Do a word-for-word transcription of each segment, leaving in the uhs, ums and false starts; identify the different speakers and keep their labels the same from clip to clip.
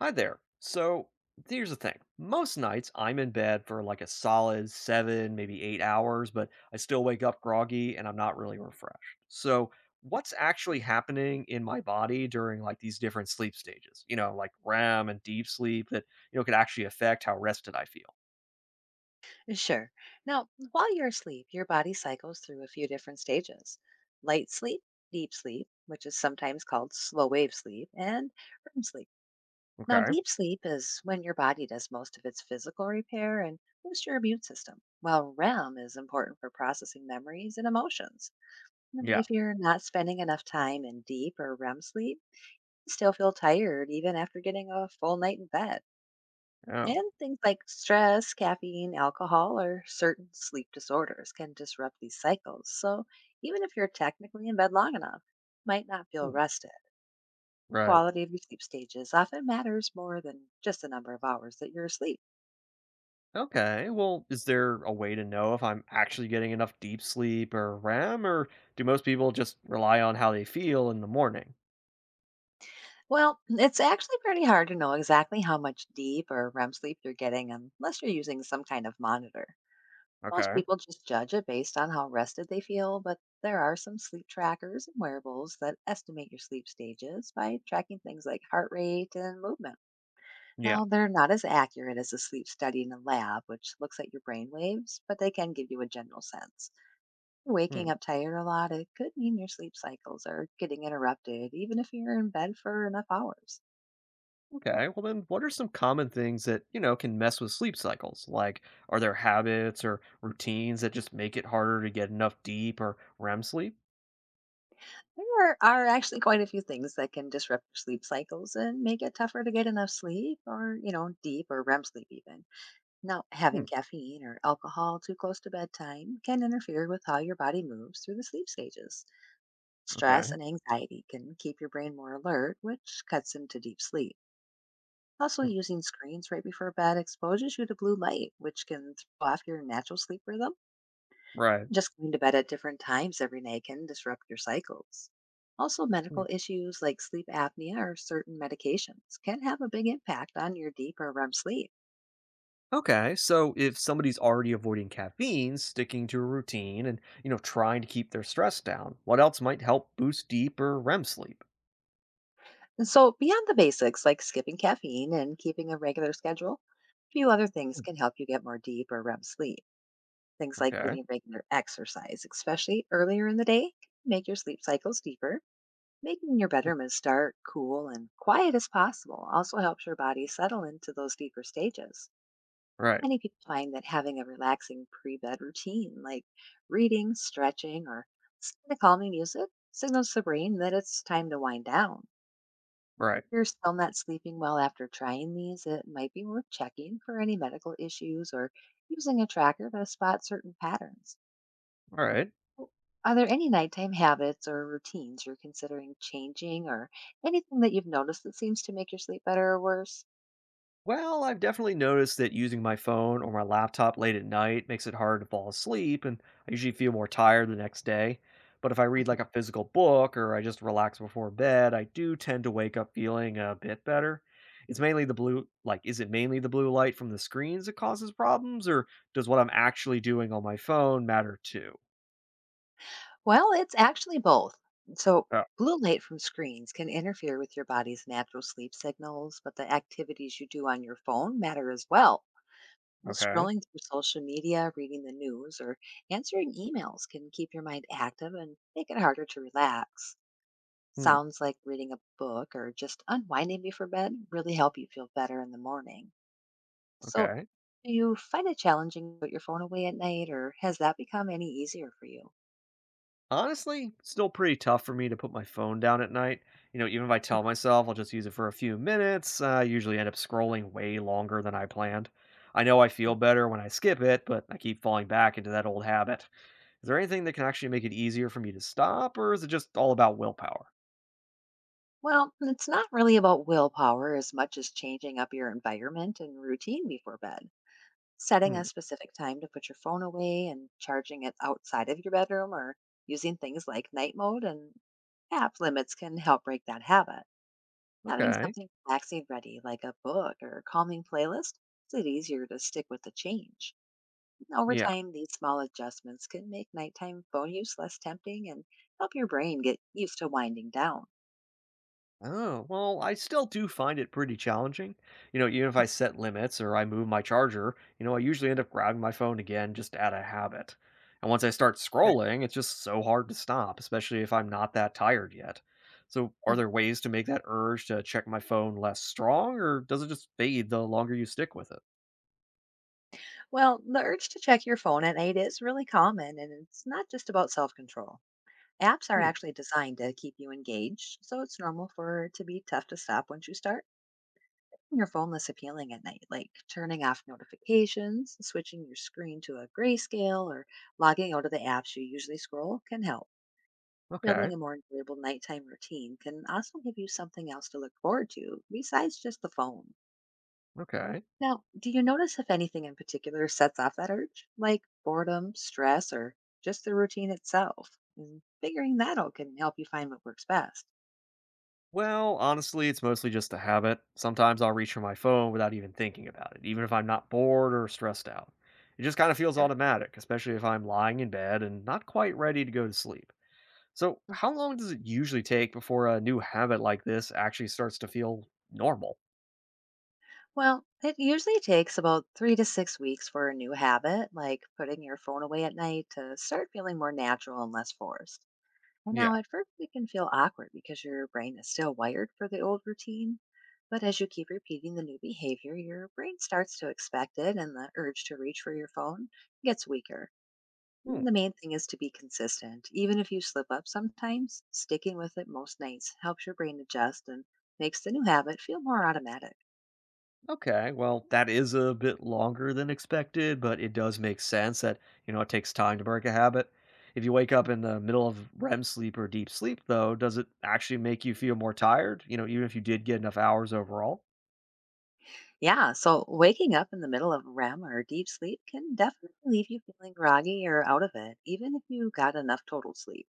Speaker 1: Hi there. So here's the thing. Most nights I'm in bed for like a solid seven, maybe eight hours, but I still wake up groggy and I'm not really refreshed. So what's actually happening in my body during like these different sleep stages, you know, like R E M and deep sleep that, you know, could actually affect how rested I feel.
Speaker 2: Sure. Now, while you're asleep, your body cycles through a few different stages: light sleep, deep sleep, which is sometimes called slow wave sleep, and REM sleep. Now,
Speaker 1: Okay.
Speaker 2: deep sleep is when your body does most of its physical repair and boosts your immune system, while REM is important for processing memories and emotions. Now,
Speaker 1: Yeah.
Speaker 2: if you're not spending enough time in deep or REM sleep, you still feel tired even after getting a full night in bed.
Speaker 1: Oh.
Speaker 2: And things like stress, caffeine, alcohol, or certain sleep disorders can disrupt these cycles. So even if you're technically in bed long enough, you might not feel
Speaker 1: Hmm.
Speaker 2: rested.
Speaker 1: Right.
Speaker 2: Quality of your sleep stages often matters more than just the number of hours that you're asleep.
Speaker 1: Okay. Well, is there a way to know if I'm actually getting enough deep sleep or R E M, or do most people just rely on how they feel in the morning?
Speaker 2: Well, it's actually pretty hard to know exactly how much deep or REM sleep you're getting unless you're using some kind of monitor. Most
Speaker 1: Okay.
Speaker 2: people just judge it based on how rested they feel, but there are some sleep trackers and wearables that estimate your sleep stages by tracking things like heart rate and movement.
Speaker 1: Yeah.
Speaker 2: Now, they're not as accurate as a sleep study in a lab, which looks at your brain waves, but they can give you a general sense.
Speaker 1: Hmm.
Speaker 2: Waking up tired a lot, it could mean your sleep cycles are getting interrupted, even if you're in bed for enough hours.
Speaker 1: Okay. Well, then, what are some common things that, you know, can mess with sleep cycles? Like, are there habits or routines that just make it harder to get enough deep or R E M sleep?
Speaker 2: There are actually quite a few things that can disrupt your sleep cycles and make it tougher to get enough sleep or, you know, deep or REM sleep even. Now, having
Speaker 1: Hmm.
Speaker 2: caffeine or alcohol too close to bedtime can interfere with how your body moves through the sleep stages. Stress
Speaker 1: Okay.
Speaker 2: and anxiety can keep your brain more alert, which cuts into deep sleep. Also,
Speaker 1: Hmm.
Speaker 2: using screens right before bed exposes you to blue light, which can throw off your natural sleep rhythm.
Speaker 1: Right.
Speaker 2: Just going to bed at different times every night can disrupt your cycles. Also,
Speaker 1: Hmm.
Speaker 2: medical issues like sleep apnea or certain medications can have a big impact on your deep or REM sleep.
Speaker 1: Okay. So, if somebody's already avoiding caffeine, sticking to a routine, and, you know, trying to keep their stress down, what else might help boost deep or R E M sleep?
Speaker 2: And so, beyond the basics like skipping caffeine and keeping a regular schedule, a few other things can help you get more deep or REM sleep. Things like
Speaker 1: Okay.
Speaker 2: getting regular exercise, especially earlier in the day, can make your sleep cycles deeper. Making your
Speaker 1: Hmm.
Speaker 2: bedroom as dark, cool, and quiet as possible also helps your body settle into those deeper stages.
Speaker 1: Right.
Speaker 2: Many people find that having a relaxing pre bed routine, like reading, stretching, or listening to calming music, signals the brain that it's time to wind down.
Speaker 1: Right.
Speaker 2: If you're still not sleeping well after trying these, it might be worth checking for any medical issues or using a tracker to spot certain patterns.
Speaker 1: All right.
Speaker 2: Well, are there any nighttime habits or routines you're considering changing or anything that you've noticed that seems to make your sleep better or worse?
Speaker 1: Well, I've definitely noticed that using my phone or my laptop late at night makes it hard to fall asleep, and I usually feel more tired the next day. But if I read
Speaker 2: Mhm.
Speaker 1: like a physical book or I just relax before bed, I do tend to wake up feeling a bit better. It's mainly the blue, like, is it mainly the blue light from the screens that causes problems, or does what I'm actually doing on my phone matter too?
Speaker 2: Well, it's actually both. So,
Speaker 1: Oh,
Speaker 2: blue light from screens can interfere with your body's natural sleep signals, but the activities you do on your phone matter as well.
Speaker 1: okay.
Speaker 2: Scrolling through social media, reading the news, or answering emails can keep your mind active and make it harder to relax.
Speaker 1: Hmm,
Speaker 2: Sounds like reading a book or just unwinding before bed really help you feel better in the morning. So,
Speaker 1: okay.
Speaker 2: do you find it challenging to put your phone away at night, or has that become any easier for you?
Speaker 1: Honestly, still pretty tough for me to put my phone down at night. You know, even if I tell myself I'll just use it for a few minutes, uh, I usually end up scrolling way longer than I planned. I know I
Speaker 2: Mm.
Speaker 1: feel better when I skip it, but I keep falling back into that old habit. Is there anything that can actually make it easier for me to stop, or is it just all about willpower?
Speaker 2: Well, it's not really about willpower as much as changing up your environment and routine before bed. Setting a
Speaker 1: Hmm.
Speaker 2: specific time to put your phone away and charging it outside of your bedroom or using things like night mode and app limits can help break that habit. Having
Speaker 1: Okay.
Speaker 2: something relaxing ready, like a book or a calming playlist, makes it easier to stick with the change. Over
Speaker 1: Yeah.
Speaker 2: time, these small adjustments can make nighttime phone use less tempting and help your brain get used to winding down.
Speaker 1: Oh, well, I still do find it pretty challenging. You know, even if I set limits or I move my charger, you know, I usually end up grabbing my phone again just out of habit. And once I start
Speaker 2: Sure.
Speaker 1: scrolling, it's just so hard to stop, especially if I'm not that tired yet. So, are
Speaker 2: Mhm.
Speaker 1: there ways to make that urge to check my phone less strong, or does it just fade the longer you stick with it?
Speaker 2: Well, the urge to check your phone at night is really common, and it's not just about self control. Apps are
Speaker 1: Hmm.
Speaker 2: actually designed to keep you engaged, so it's normal for it to be tough to stop once you start keeping your phone less appealing at night, like turning off notifications, switching your screen to a grayscale, or logging out of the apps you usually scroll can help.
Speaker 1: Okay.
Speaker 2: Building a more enjoyable nighttime routine can also give you something else to look forward to besides just the phone.
Speaker 1: Okay.
Speaker 2: Now, do you notice if anything in particular sets off that urge, like boredom, stress, or just the routine itself? And figuring that out can help you find what works best.
Speaker 1: Well, honestly, it's mostly just a habit. Sometimes I'll reach for my phone without even thinking about it, even if I'm not bored or stressed out. It just kind of feels automatic, especially if I'm lying in bed and not quite ready to go to sleep. So,
Speaker 2: Mm.
Speaker 1: how long does it usually take before a new habit like this actually starts to feel normal?
Speaker 2: Well, it usually takes about three to six weeks for a new habit, like putting your phone away at night, to start feeling more natural and less forced. And
Speaker 1: Yeah.
Speaker 2: now, at first, it can feel awkward because your brain is still wired for the old routine. But as you keep repeating the new behavior, your brain starts to expect it, and the urge to reach for your phone gets weaker.
Speaker 1: Hmm.
Speaker 2: The main thing is to be consistent. Even if you slip up sometimes, sticking with it most nights helps your brain adjust and makes the new habit feel more automatic.
Speaker 1: Okay, well, that is a bit longer than expected, but it does make sense that, you know, it takes time to break a habit. If you wake up in the middle of R E M sleep or deep sleep, though, does it actually make you feel more tired? You know, even if you did get enough hours overall?
Speaker 2: Yeah, so waking up in the middle of REM or deep sleep can definitely leave you feeling groggy or out of it, even if you got enough total sleep.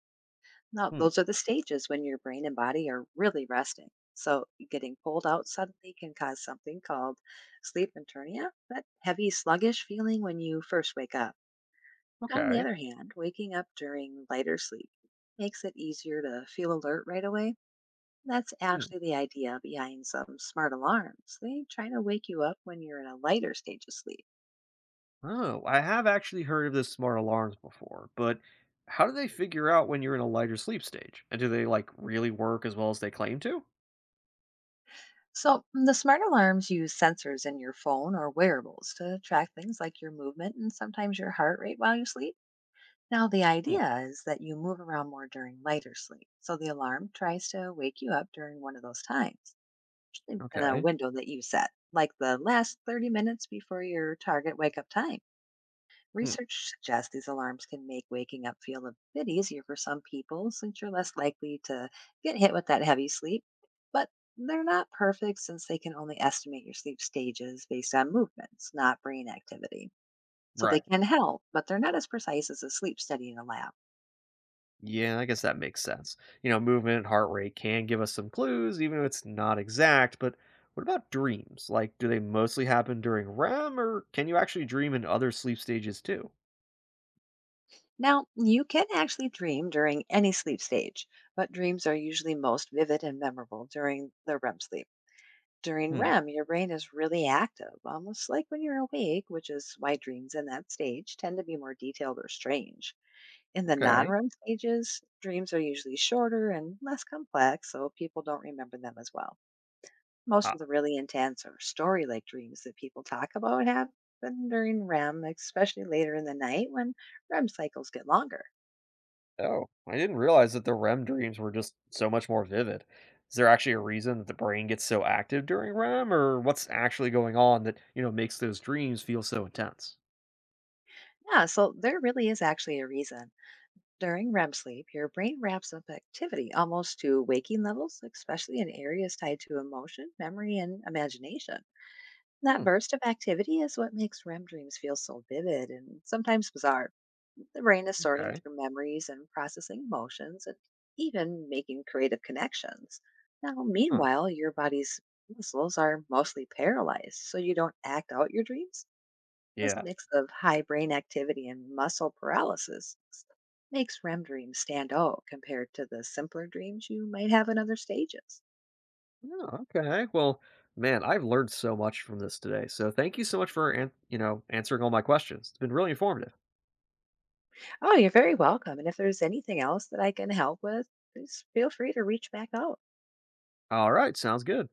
Speaker 2: Now,
Speaker 1: Hmm,
Speaker 2: those are the stages when your brain and body are really resting. So, getting pulled out suddenly can cause something called sleep internia, that heavy, sluggish feeling when you first wake up. On the
Speaker 1: okay.
Speaker 2: other hand, waking up during lighter sleep makes it easier to feel alert right away. That's
Speaker 1: Hmm.
Speaker 2: actually the idea behind some smart alarms. They try to wake you up when you're in a lighter stage of sleep.
Speaker 1: Oh, I have actually heard of the smart alarms before, but how do they figure out when you're in a lighter sleep stage? And do they, like, really work as well as they claim to?
Speaker 2: So, mm, the smart alarms use sensors in your phone or wearables to track things like your movement and sometimes your heart rate while you sleep. Now, the
Speaker 1: Hmm,
Speaker 2: idea is that you move around more during lighter sleep. So, the alarm tries to wake you up during one of those times, usually within a
Speaker 1: okay.
Speaker 2: window that you set, like the last thirty minutes before your target wake up time.
Speaker 1: Hmm,
Speaker 2: Research suggests these alarms can make waking up feel a bit easier for some people since you're less likely to get hit with that heavy sleep. But they're not perfect since they can only estimate your sleep stages based on movements, not brain activity. So they
Speaker 1: right.
Speaker 2: can help, but they're not as precise as a sleep study in a lab.
Speaker 1: Yeah, I guess that makes sense. You know, movement and heart rate can give us some clues, even if it's not exact. But what about dreams? Like, do they mostly happen during R E M, or can you actually dream in other sleep stages too?
Speaker 2: Now, you can actually dream during any sleep stage, but dreams are usually most vivid and memorable during the REM sleep. During
Speaker 1: Hmm.
Speaker 2: REM, your brain is really active, almost like when you're awake, which is why dreams in that stage tend to be more detailed or strange. In the non
Speaker 1: Okay.
Speaker 2: REM stages, dreams are usually shorter and less complex, so people don't remember them as well. Most
Speaker 1: Ah,
Speaker 2: of the really intense or story like dreams that people talk about happen during REM, especially later in the night when REM cycles get longer.
Speaker 1: oh, I didn't realize that the R E M dreams were just so much more vivid. Is there actually a reason that the brain gets so active during R E M, or what's actually going on that you know makes those dreams feel so intense?
Speaker 2: Yeah, so there really is actually a reason. During REM sleep, your brain ramps up activity almost to waking levels, especially in areas tied to emotion, memory, and imagination. That
Speaker 1: Hmm.
Speaker 2: burst of activity is what makes REM dreams feel so vivid and sometimes bizarre. The brain is sorting
Speaker 1: Okay.
Speaker 2: through memories and processing emotions and even making creative connections. Now,
Speaker 1: Huh.
Speaker 2: meanwhile, your body's muscles are mostly paralyzed, so you don't act out your dreams. This
Speaker 1: Yeah.
Speaker 2: mix of high brain activity and muscle paralysis makes REM dreams stand out compared to the simpler dreams you might have in other stages.
Speaker 1: Oh, okay. Well, man, I've learned so much from this today. So thank you so much for, an- you know, answering all my questions. It's been really informative.
Speaker 2: Oh, you're very welcome. And if there's anything else that I can help with, please feel free to reach back out.
Speaker 1: All right. Sounds good.